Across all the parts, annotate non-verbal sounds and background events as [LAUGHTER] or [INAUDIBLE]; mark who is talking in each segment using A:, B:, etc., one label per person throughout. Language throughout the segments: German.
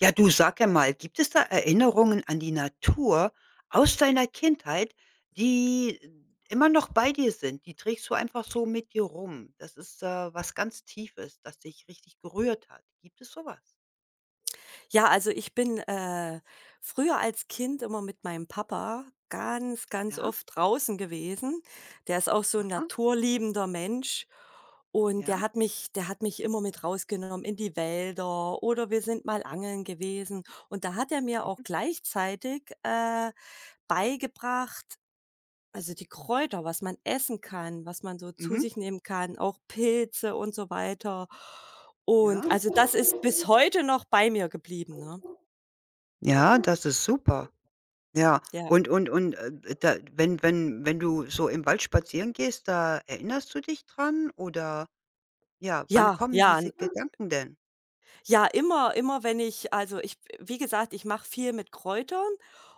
A: Ja, du sag einmal, gibt es da Erinnerungen an die Natur aus deiner Kindheit, die immer noch bei dir sind? Die trägst du einfach so mit dir rum. Das ist, was ganz Tiefes, das dich richtig gerührt hat. Gibt es so was?
B: Ja, also ich bin, früher als Kind immer mit meinem Papa ganz
A: Ja?
B: oft draußen gewesen. Der ist auch so ein
A: Aha,
B: naturliebender Mensch, und der
A: ja.
B: hat mich der hat mich immer mit rausgenommen in die Wälder, oder wir sind mal angeln gewesen. Und da hat er mir auch
A: Mhm,
B: gleichzeitig, beigebracht, also die Kräuter, was man essen kann, was man so zu
A: mhm,
B: sich nehmen kann, auch Pilze und so weiter. Und
A: ja.
B: also das ist bis heute noch bei mir geblieben, ne?
A: Ja, das ist super. Ja.
B: Ja.
A: Und da wenn du so im Wald spazieren gehst, da erinnerst du dich dran oder ja, wann
B: Ja,
A: kommen
B: ja, n
A: diese Gedanken denn?
B: ja, immer wenn ich, also ich wie gesagt, ich mache viel mit Kräutern,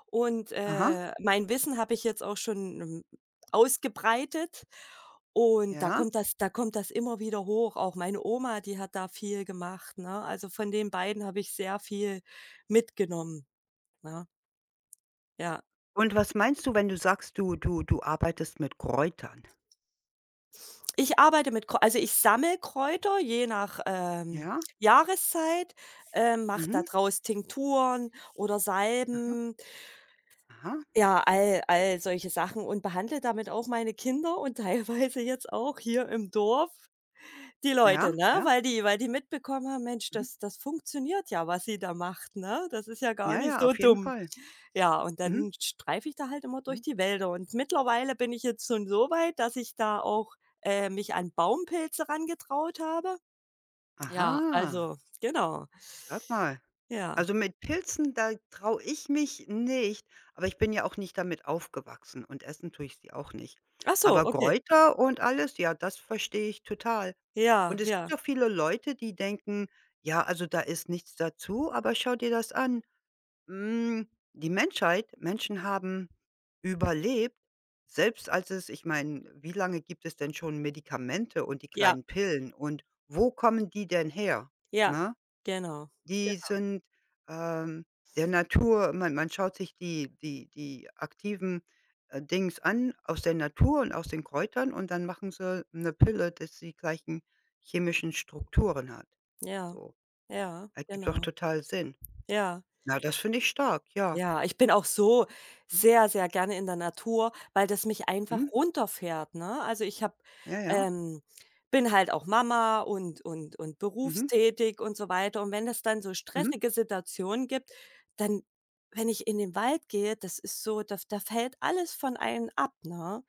B: und
A: Aha,
B: mein Wissen habe ich jetzt auch schon, ausgebreitet, und da
A: ja.
B: kommt das da kommt das immer wieder hoch. Auch meine Oma, die hat da viel gemacht, ne? Also von den beiden habe ich sehr viel mitgenommen, ne? Ja.
A: Und was meinst du, wenn du sagst, du arbeitest mit Kräutern?
B: Ich arbeite mit Kr Also, ich sammle Kräuter je nach,
A: Ja?
B: Jahreszeit, mache da
A: Mhm.
B: draus Tinkturen oder
A: Aha,
B: Salben,
A: aha.
B: ja, all solche Sachen, und behandle damit auch meine Kinder und [LAUGHS] teilweise jetzt auch hier im Dorf die
A: Ja,
B: Leute, ne?
A: ja.
B: Weil die mitbekommen haben: „Mensch,
A: Mhm.
B: das funktioniert ja, was sie da macht, ne? Das ist ja gar
A: Ja,
B: nicht
A: ja,
B: so
A: auf jeden
B: dumm.“
A: Fall.
B: Ja, und
A: Mhm,
B: dann streife ich da halt immer
A: mhm.
B: durch die Wälder, und mittlerweile bin ich jetzt schon so weit, dass ich da auch, mich an Baumpilze rangetraut habe. Ja,
A: Aha,
B: also genau,
A: sag mal.
B: ja.
A: Also, mit Pilzen, da traue ich mich nicht, aber ich bin ja auch nicht damit aufgewachsen und essen tue ich sie auch nicht.
B: Ach so,
A: Aber
B: okay.
A: Kräuter und alles, ja, das verstehe ich total.
B: Ja,
A: Und es
B: ja,
A: gibt auch viele Leute, die denken: „Ja, also, da ist nichts dazu, aber schau dir das an. Hm, die Menschheit Menschen haben überlebt, selbst als es ich meine, wie lange gibt es denn schon Medikamente und die
B: ja,
A: kleinen Pillen und wo kommen die denn her,
B: ja,
A: ne?
B: genau,
A: Die
B: genau,
A: sind, ähm, der Natur man schaut sich die aktiven, Dings an aus der Natur und aus den Kräutern und dann machen sie eine Pille, dass die gleichen chemischen Strukturen hat.
B: ja,
A: So,
B: ja,
A: ergibt doch
B: genau,
A: total Sinn.
B: ja.
A: Na, das finde ich stark, ja.
B: Ja, ich bin auch so
A: Mhm.
B: sehr, sehr gerne in der Natur, weil das mich einfach
A: Mhm.
B: runterfährt, ne? Also, ich habe,
A: Ja, ja.
B: ähm, bin halt auch Mama und
A: Mhm,
B: berufstätig und so weiter. Und wenn es dann so
A: mhm.
B: stressige Situationen gibt, dann, wenn ich in den Wald gehe, das ist so, da fällt alles von einem ab, ne?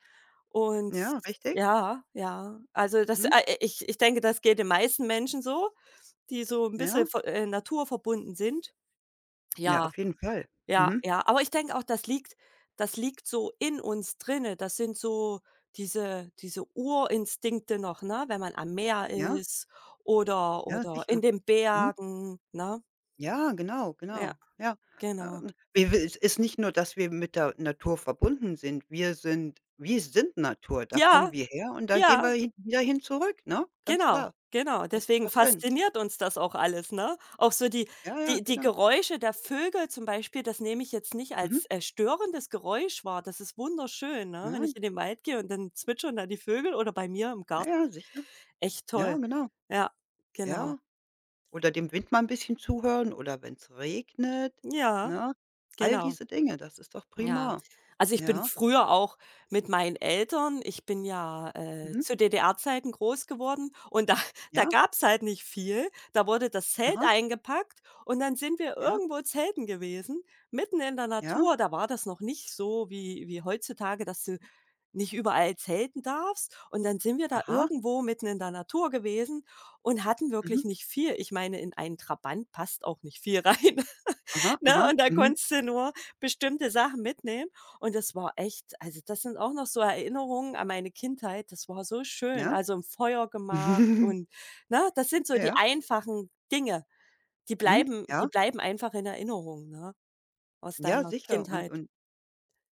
B: Und
A: Ja, richtig.
B: ja, ja, also,
A: Mhm.
B: ich denke, das geht den meisten Menschen so, die so ein bisschen
A: Ja.
B: ver naturverbunden sind.
A: Ja,
B: Ja.
A: auf jeden Fall.
B: Ja,
A: Mhm.
B: ja, aber ich denke auch, das liegt so in uns drinne. Das sind so diese Urinstinkte noch, ne, wenn man am Meer
A: Ja,
B: ist oder
A: ja,
B: oder in
A: sicher.
B: den
A: Mhm.
B: Bergen, ne?
A: Ja, genau,
B: Ja,
A: genau. Ja. Ja,
B: genau.
A: und wir wir es ist nicht nur, dass wir mit der Natur verbunden sind. Wir sind Natur. Da kommen
B: Ja,
A: wir her und da gehen wir
B: ja,
A: hin wieder hin zurück, ne? Ganz
B: genau,
A: klar.
B: genau.
A: Ergibt
B: Deswegen
A: doch Sinn.
B: fasziniert uns das auch alles, ne? Auch so die
A: Ja, ja,
B: die die
A: genau.
B: Geräusche der Vögel zum Beispiel, das nehme ich jetzt nicht
A: Mhm.
B: als, störendes Geräusch wahr. Das ist wunderschön, ne, wenn ich
A: Nein.
B: in den Wald gehe und dann zwitschern da die Vögel oder bei mir im
A: Ja,
B: Garten.
A: ja, sicher.
B: Echt
A: Ja,
B: toll.
A: genau.
B: Ja, genau.
A: Ja. Oder dem Wind mal 'n bisschen zuhören oder wenn's regnet,
B: Ja,
A: ne? All
B: genau.
A: diese Dinge, das ist doch
B: Ja.
A: prima.
B: Also, ich bin
A: Ja,
B: früher auch mit meinen Eltern, ich bin ja,
A: mhm,
B: zu DDR-Zeiten groß geworden, und da [LAUGHS] da
A: ja,
B: gab es halt nicht viel. Da wurde das Zelt
A: aha,
B: eingepackt und dann sind wir
A: ja,
B: irgendwo zelten gewesen, mitten in der
A: ja,
B: Natur. Da war das noch nicht so wie heutzutage, dass du nicht überall zelten darfst. Und dann sind wir da
A: aha,
B: irgendwo mitten in der Natur gewesen und hatten
A: mhm,
B: wirklich nicht viel. Ich meine, in einen Trabant passt auch nicht viel [LAUGHS] rein.
A: aha, aha,
B: Ne, und da
A: mhm,
B: konntest du nur bestimmte Sachen mitnehmen. Und das war echt, also, das sind auch noch so Erinnerungen an meine Kindheit. Das war so schön.
A: ja.
B: Also, im Feuer gemacht
A: [LAUGHS]
B: und, ne, das sind so
A: Ja,
B: die
A: ja,
B: einfachen Dinge, die
A: mhm,
B: bleiben die
A: ja,
B: bleiben einfach in Erinnerung, ne, aus
A: ja,
B: deiner
A: sicher.
B: Kindheit.
A: Und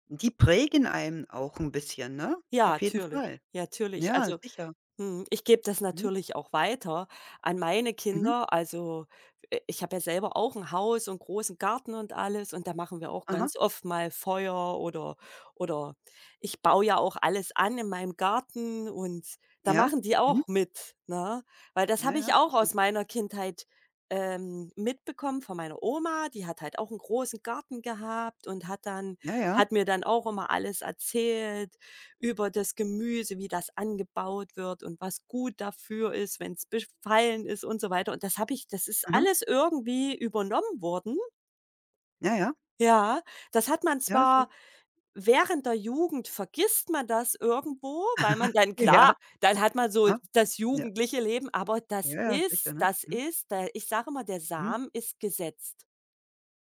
A: die prägen einen auch 'n bisschen, ne?
B: Ja,
A: Auf jeden
B: natürlich.
A: Fall.
B: Ja, natürlich.
A: Ja,
B: Also
A: sicher.
B: mhm, ich gebe das
A: Mhm,
B: natürlich auch weiter an meine
A: mhm,
B: Kinder. Also, ich habe ja selber auch ein Haus und großen Garten und alles, und da machen wir auch
A: aha,
B: ganz oft mal Feuer oder ich baue ja auch alles an in meinem Garten, und da
A: ja,
B: machen die
A: mhm,
B: auch mit, ne? Weil das
A: na
B: habe
A: ja,
B: ich auch
A: sicher.
B: aus meiner Kindheit, mitbekommen von meiner Oma. Die hat halt auch einen großen Garten gehabt und
A: Ja, ja,
B: hat mir dann auch immer alles erzählt, über das Gemüse, wie das angebaut wird und was gut dafür ist, wenn es befallen ist und so weiter. Und das habe ich das ist
A: aha,
B: alles irgendwie übernommen worden.
A: ja, ja,
B: Ja, das hat man
A: ja, so
B: zwar, während der Jugend vergisst man das irgendwo, weil man
A: [LAUGHS]
B: dann,
A: ja,
B: klar, dann hat man so
A: aha,
B: das
A: ja,
B: jugendliche Leben, aber das
A: ja, ja, sicher,
B: ist
A: ne?
B: das
A: Mhm,
B: ist, da, ich sage mal, der
A: mhm.
B: Samen ist gesetzt,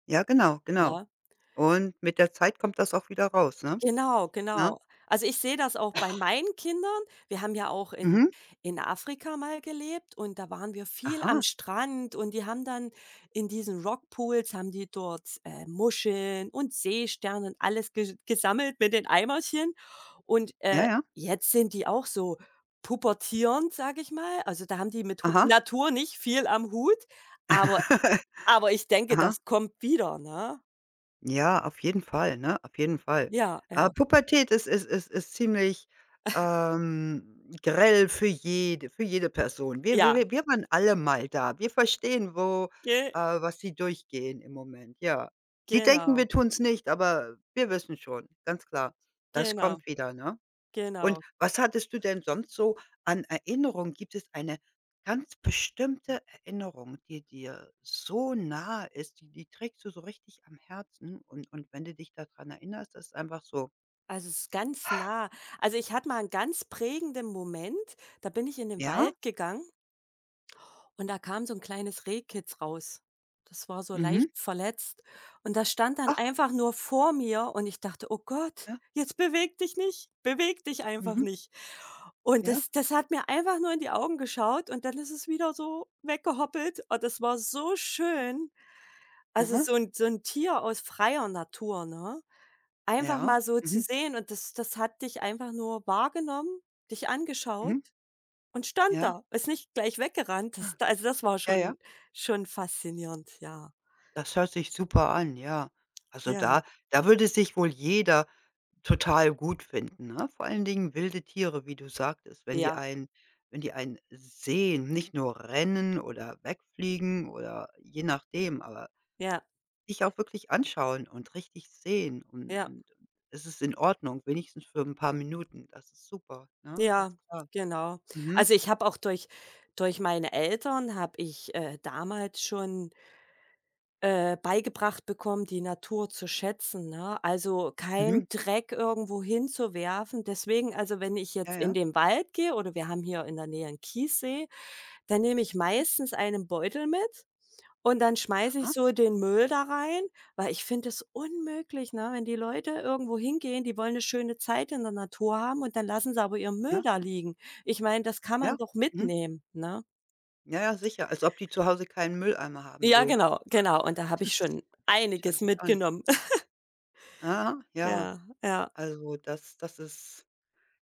A: Ja, genau, genau.
B: ne?
A: Und mit der Zeit kommt das auch wieder raus, ne?
B: Genau,
A: Ne?
B: genau. Also, ich sehe das auch bei meinen Kindern. Wir haben ja auch in
A: Mhm.
B: in Afrika mal gelebt, und da waren wir viel am
A: Aha,
B: Strand, und die haben dann in diesen Rockpools haben die dort, Muscheln und Seesterne und alles ge gesammelt mit den Eimerchen und,
A: ja, ja.
B: jetzt sind die auch so pubertierend, sage ich mal. Also, da haben die mit Hu
A: Aha.
B: Natur nicht viel am Hut, aber
A: [LAUGHS]
B: aber ich denke,
A: Aha.
B: das kommt wieder, ne?
A: Ja, auf jeden Fall, ne? Auf jeden Fall.
B: Ja, ja,
A: Pubertät ist ziemlich, grell für jede Person. Wir wir
B: ja,
A: wir wir waren alle mal da. Wir verstehen, wo
B: ge
A: was sie durchgehen im Moment, ja. Sie denken, wir
B: genau.
A: tun's nicht, aber wir wissen schon, ganz klar. Das
B: Genau,
A: kommt wieder, ne? Und
B: genau.
A: was hattest du denn sonst so an Erinnerungen? Gibt es eine ganz bestimmte Erinnerung, die dir so nahe ist, die trägst du so richtig am Herzen und wenn du dich daran erinnerst, das ist einfach so:
B: Also, es ist ganz nah. Also, ich hatte mal einen ganz prägenden Moment, da bin ich in den Wald
A: „Ja,
B: gegangen und da kam so ein kleines Rehkitz raus. Das war so
A: mhm,
B: leicht verletzt, und das stand dann
A: ach,
B: einfach nur vor mir, und ich dachte: „Oh Gott,
A: ja,
B: jetzt beweg dich nicht, beweg dich einfach
A: mhm,
B: nicht.“ Und
A: ja,
B: das hat mir einfach nur in die Augen geschaut und dann ist es wieder so weggehoppelt. Und das war so schön. Also,
A: aha,
B: so 'n Tier aus freier Natur, ne? Einfach
A: ja,
B: mal so zu
A: mhm,
B: sehen, und das hat dich einfach nur wahrgenommen, dich angeschaut
A: mhm,
B: und stand
A: ja,
B: da, ist nicht gleich weggerannt. Das war
A: ja, ja.“
B: schon schon faszinierend, ja.
A: Das hört sich super an, ja. Also,
B: Ja,
A: da würde sich wohl jeder total gut finden, ne? Vor allen Dingen wilde Tiere, wie du sagtest,
B: ja,
A: wenn die einen sehen, nicht nur rennen oder wegfliegen oder je nachdem, aber
B: ja,
A: dich auch wirklich anschauen und richtig sehen
B: ja,
A: und es ist in Ordnung, wenigstens für ein paar Minuten. Das ist super, ne,
B: ja,
A: ganz klar.
B: genau.
A: Mhm,
B: Also, ich habe auch durch meine Eltern habe ich, damals schon beigebracht bekommen, die Natur zu schätzen, ne? Also,
A: mhm,
B: kein Dreck irgendwo hinzuwerfen. Deswegen, also, wenn ich
A: ja,
B: jetzt in
A: ja.
B: den Wald gehe oder wir haben hier in der Nähe einen Kiessee, dann nehme ich
A: Hm,
B: meistens einen Beutel mit, und dann schmeiße
A: aha,
B: ich so den Müll da rein, weil ich finde es unmöglich, ne, wenn die Leute irgendwo hingehen, die wollen eine schöne Zeit in der Natur haben, und dann lassen sie aber ihren Müll
A: ja,
B: da liegen. Ich meine, das kann man
A: ja,
B: doch
A: mhm.
B: mitnehmen, ne?
A: Ja, ja, sicher, als ob die zu Hause keinen Mülleimer haben,
B: Ja,
A: du.
B: genau, genau. Und da habe ich schon
A: Schau
B: einiges
A: dir's an.
B: mitgenommen.
A: Ja, ja,
B: Ja, ja,
A: also das das ist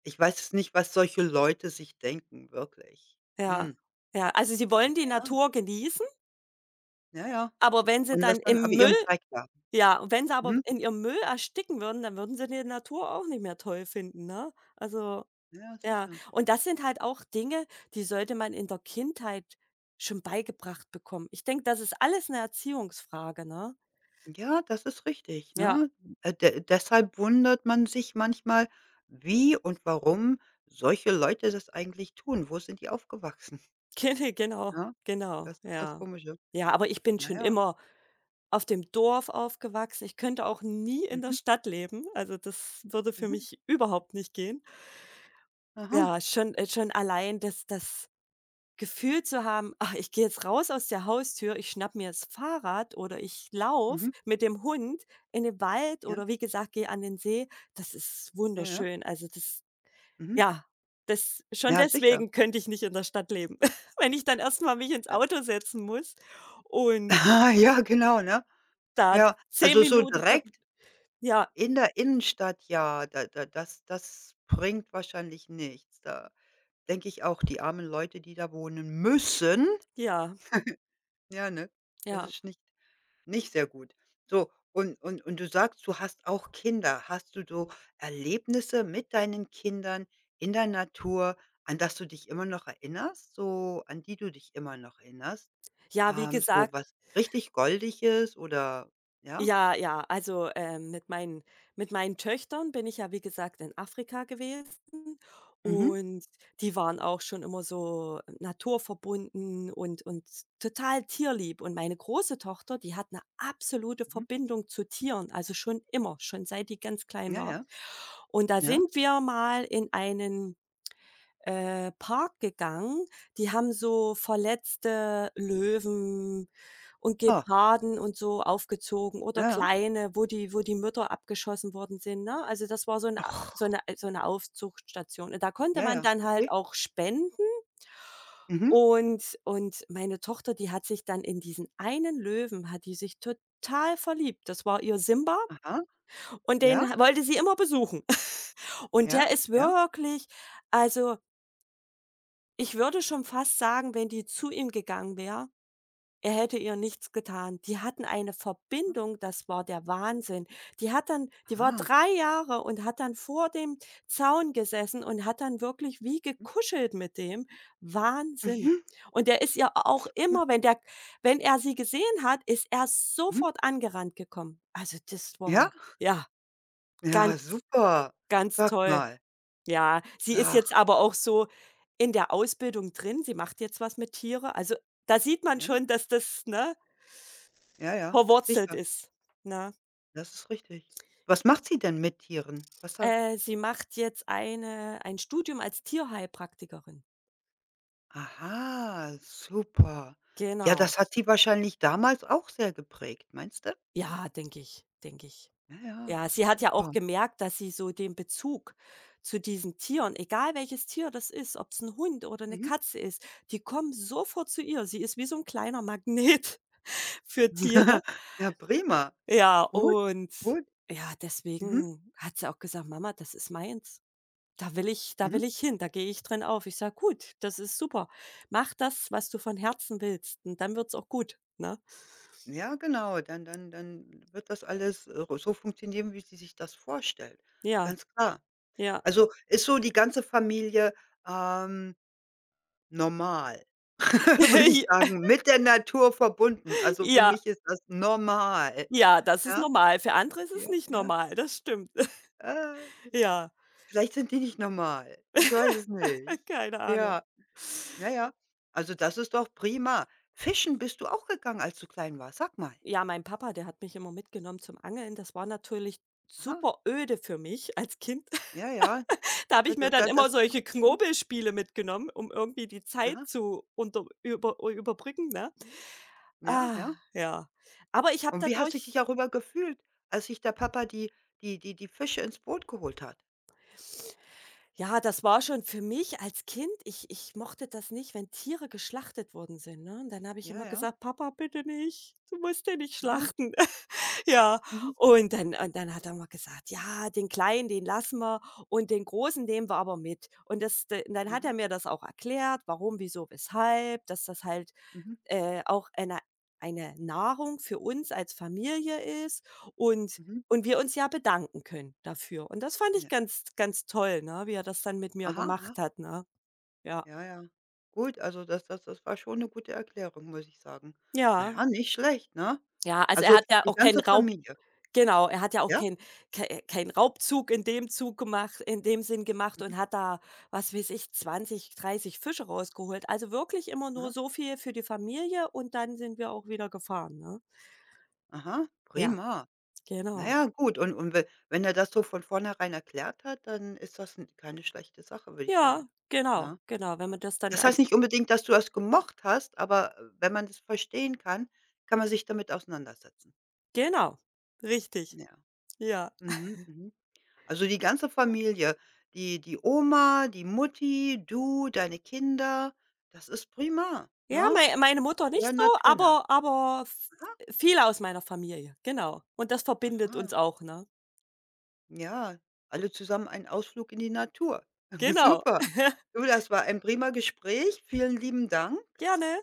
A: ich weiß es nicht, was solche Leute sich denken, wirklich.
B: ja,
A: Mhm.
B: ja. Also, sie
A: Na
B: wollen die
A: ja.
B: Natur genießen,
A: Ja, ja.
B: aber wenn sie
A: Und lass
B: dann
A: dann aber
B: im Müll
A: ihren Dreck da.
B: ja, und wenn sie aber
A: Mhm.
B: in ihrem Müll ersticken würden, dann würden sie die Natur auch nicht mehr toll finden, ne? Also,
A: Ja, ja,
B: ja.
A: sicher.
B: Und das sind halt auch Dinge, die sollte man in der Kindheit schon beigebracht bekommen. Ich denke, das ist alles eine Erziehungsfrage, ne?
A: Ja, das ist richtig,
B: Ja,
A: ne? De Deshalb wundert man sich manchmal, wie und warum solche Leute das eigentlich tun. Wo sind die aufgewachsen,
B: [LAUGHS]
A: [LAUGHS]
B: genau,
A: ne?
B: genau,
A: Das ist das
B: ja.
A: Komische.
B: Ja, aber ich bin
A: Na
B: schon
A: ja.
B: immer auf dem Dorf aufgewachsen. Ich könnte auch nie in der
A: Mhm,
B: Stadt leben. Also, das würde für
A: mhm.
B: mich überhaupt nicht gehen.
A: Aha.
B: Ja, schon schon allein das Gefühl zu haben: „Ach, ich gehe jetzt raus aus der Haustür, ich schnappe mir das Fahrrad oder ich lauf
A: Mhm.
B: mit dem Hund in den Wald
A: Ja,
B: oder, wie gesagt, gehe an den See.“ Das ist
A: ja, ja.
B: wunderschön. Also, das
A: Mhm.
B: ja, das, schon
A: Ja, sicher.
B: deswegen könnte ich nicht in der Stadt leben. [LAUGHS] Wenn ich dann erst mal mich ins
A: Al
B: Auto setzen muss und
A: [LAUGHS] ja, genau, ne?
B: da
A: Ja,
B: 10
A: also so
B: Minuten ver
A: direkt
B: ja,
A: in der Innenstadt, ja, da da das das bringt wahrscheinlich nichts. Da denke ich auch, die armen Leute, die da wohnen müssen,
B: ja.
A: ja, ne? Das
B: Ja.
A: ist nicht nicht sehr gut. So, und du sagst, du hast auch Kinder. Hast du so Erlebnisse mit deinen Kindern in der Natur, an das du dich immer noch erinnerst, so an die du dich immer noch erinnerst?
B: Ja, wie
A: So
B: gesagt,
A: was richtig Goldiges oder ja?
B: ja, ja, also, mit meinen Töchtern bin ich ja, wie gesagt, in Afrika gewesen,
A: Mhm.
B: und die waren auch schon immer so naturverbunden und total tierlieb. Und meine große Tochter, die hat eine absolute
A: Mhm.
B: Verbindung zu Tieren, also, schon immer, schon seit die ganz klein
A: Ja,
B: war.
A: ja.
B: Und da
A: Ja.
B: sind wir mal in einen, Park gegangen. Die haben so verletzte Löwen und
A: Ach,
B: Geparden und so aufgezogen oder
A: ja.
B: kleine, wo die Mütter abgeschossen worden sind, ne? Also, das war so eine Aufzuchtstation. Und da konnte
A: Ja,
B: man
A: ja,
B: dann halt
A: okay.
B: auch spenden,
A: Mhm.
B: und meine Tochter, die hat sich dann in diesen einen Löwen, hat die sich total verliebt. Das war ihr Simba,
A: Aha.
B: und den
A: Ja,
B: wollte sie immer besuchen. [LAUGHS] Und
A: ja,
B: der ist
A: ja.
B: wirklich, also ich würde schon fast sagen, wenn die zu ihm gegangen wäre, er hätte ihr nichts getan. Die hatten eine Verbindung, das war der Wahnsinn. Die hat dann die war
A: Aha.
B: 3 Jahre und hat dann vor dem Zaun gesessen und hat dann wirklich wie
A: Hm.
B: gekuschelt mit dem. Wahnsinn.
A: Mhm.
B: Und der ist ja auch
A: Ja.
B: immer, wenn er sie gesehen hat, ist er
A: Mhm.
B: sofort angerannt gekommen. Also, das war
A: Ja?
B: ja,
A: Ja,
B: ganz,
A: super.
B: ganz
A: Sag
B: toll.
A: mal.
B: Ja, sie ist jetzt
A: Ach,
B: aber auch so in der Ausbildung drin. Sie macht jetzt was mit Tiere. Also, da sieht man
A: ja,
B: schon, dass das, ne,
A: ja, ja,
B: verwurzelt
A: sicher.
B: ist, ne?
A: Das ist richtig. Was macht sie denn mit Tieren? Was sagt
B: Sie macht jetzt ein Studium als Tierheilpraktikerin.
A: Aha, super. Ja,
B: Genau.
A: das hat sie wahrscheinlich damals auch sehr geprägt, meinst du?
B: Ja, denke ich, denke ich.
A: Ja, ja,
B: Ja, sie hat ja auch
A: super.
B: gemerkt, dass sie so den Bezug zu diesen Tieren, egal welches Tier das ist, ob's 'n Hund oder 'ne
A: Mhm.
B: Katze ist, die kommen sofort zu ihr. Sie ist wie so 'n kleiner Magnet [LAUGHS] für Tiere.
A: [LAUGHS] Ja, prima.
B: Ja,
A: Gut,
B: und
A: gut.
B: ja,
A: Mhm,
B: deswegen hat sie auch gesagt: „Mama, das ist meins. Da
A: mhm.
B: will ich hin, da gehe ich drin auf.“ Ich sage: „Gut, das ist super. Mach das, was du von Herzen willst und dann wird's auch gut“, ne?
A: Ja, genau, dann wird das alles, so funktionieren, wie sie sich das vorstellt,
B: Ja,
A: ganz klar.
B: ja.
A: Also, ist so die ganze Familie, ähm, normal,
B: [LAUGHS]
A: [LAUGHS] würde ich
B: J
A: sagen, mit der Natur verbunden. Also, für
B: ja,
A: mich ist das normal.
B: ja, das ist
A: Ja,
B: normal. Für andere ist es
A: ja,
B: nicht
A: ja.
B: normal, das stimmt. [LAUGHS]
A: Äh,
B: Ja,
A: Vielleicht sind die nicht normal. Ich weiß es nicht.
B: keine Ahnung.
A: Ja, ja, ja. Also, das ist doch prima. Fischen bist du auch gegangen, als du klein warst? Sag mal.
B: Ja, mein Papa, der hat mich immer mitgenommen zum Angeln. Das war natürlich
A: Aha,
B: super öde für mich als Kind.
A: ja, ja,
B: Da habe ich mir
A: da
B: dann
A: da
B: immer
A: das
B: solche
A: dachte ich schon.
B: Knobelspiele mitgenommen, um irgendwie die Zeit
A: Aha.
B: zu unter über überbrücken, ne?
A: Ja,
B: Ah,
A: ja.
B: ja. Aber ich habe
A: Und wie hast du dich
B: dadurch,
A: darüber gefühlt, als sich der Papa die Fische ins Boot geholt hat?
B: ja, das war schon für mich als Kind, ich mochte das nicht, wenn Tiere geschlachtet worden sind, ne? Und dann habe ich
A: Ja,
B: immer
A: ja.
B: gesagt: „Papa, bitte nicht. Du musst den nicht
A: Aha.
B: schlachten.“ [LAUGHS] Ja,
A: Mhm.
B: und dann hat er immer gesagt: „Ja, den Kleinen, den lassen wir, und den Großen nehmen wir aber mit.“ Und das d dann hat er
A: Aha.
B: mir das auch erklärt, warum, wieso, weshalb, dass das halt,
A: Mhm.
B: auch eine Nahrung für uns als Familie ist, und
A: Mhm.
B: und wir uns ja bedanken können dafür. Und das fand ich
A: Ja.
B: ganz ganz toll, ne, wie er das dann mit mir
A: Aha, aha.
B: gemacht hat, ne? Ja.
A: Ja, ja. Gut, also das war schon eine gute Erklärung, muss ich sagen. Na
B: Ja.
A: ja, nicht schlecht, ne?
B: Ja, also er
A: Also,
B: hat ja
A: die
B: auch keinen
A: ganze
B: Raub
A: Familie,
B: genau, er hat ja auch
A: ja?
B: keinen keinen Raubzug in dem Sinn gemacht
A: Mhm.
B: und hat da, was weiß ich, 20, 30 Fische rausgeholt. Also wirklich immer nur
A: Aha.
B: so viel für die Familie und dann sind wir auch wieder gefahren, ne?
A: Aha,
B: Ja,
A: prima. Na
B: genau.
A: ja, gut und we wenn er das so von vornherein erklärt hat, dann ist das 'n keine schlechte Sache, würde ich sagen,
B: Ja, genau,
A: ne?
B: genau, wenn
A: Ja.
B: man das dann
A: Das heißt
B: als
A: nicht unbedingt, dass du das gemocht hast, aber wenn man das verstehen kann, kann man sich damit auseinandersetzen.
B: genau, richtig,
A: Ja.
B: ja.
A: Mhm, mhm. Also, die ganze Familie, die die Oma, die Mutti, du, deine Kinder, das ist prima,
B: Ja,
A: ne?
B: meine Mutter nicht
A: Sehr
B: so,
A: naturnah.
B: aber v
A: Aha,
B: viele aus meiner Familie, genau. Und das verbindet uns
A: aha.
B: auch, ne?
A: Ja, alle zusammen einen Ausflug in die Natur. [LAUGHS]
B: Genau.
A: Super.
B: [LAUGHS]
A: Du, das war ein prima Gespräch. Vielen lieben Dank.
B: Gerne.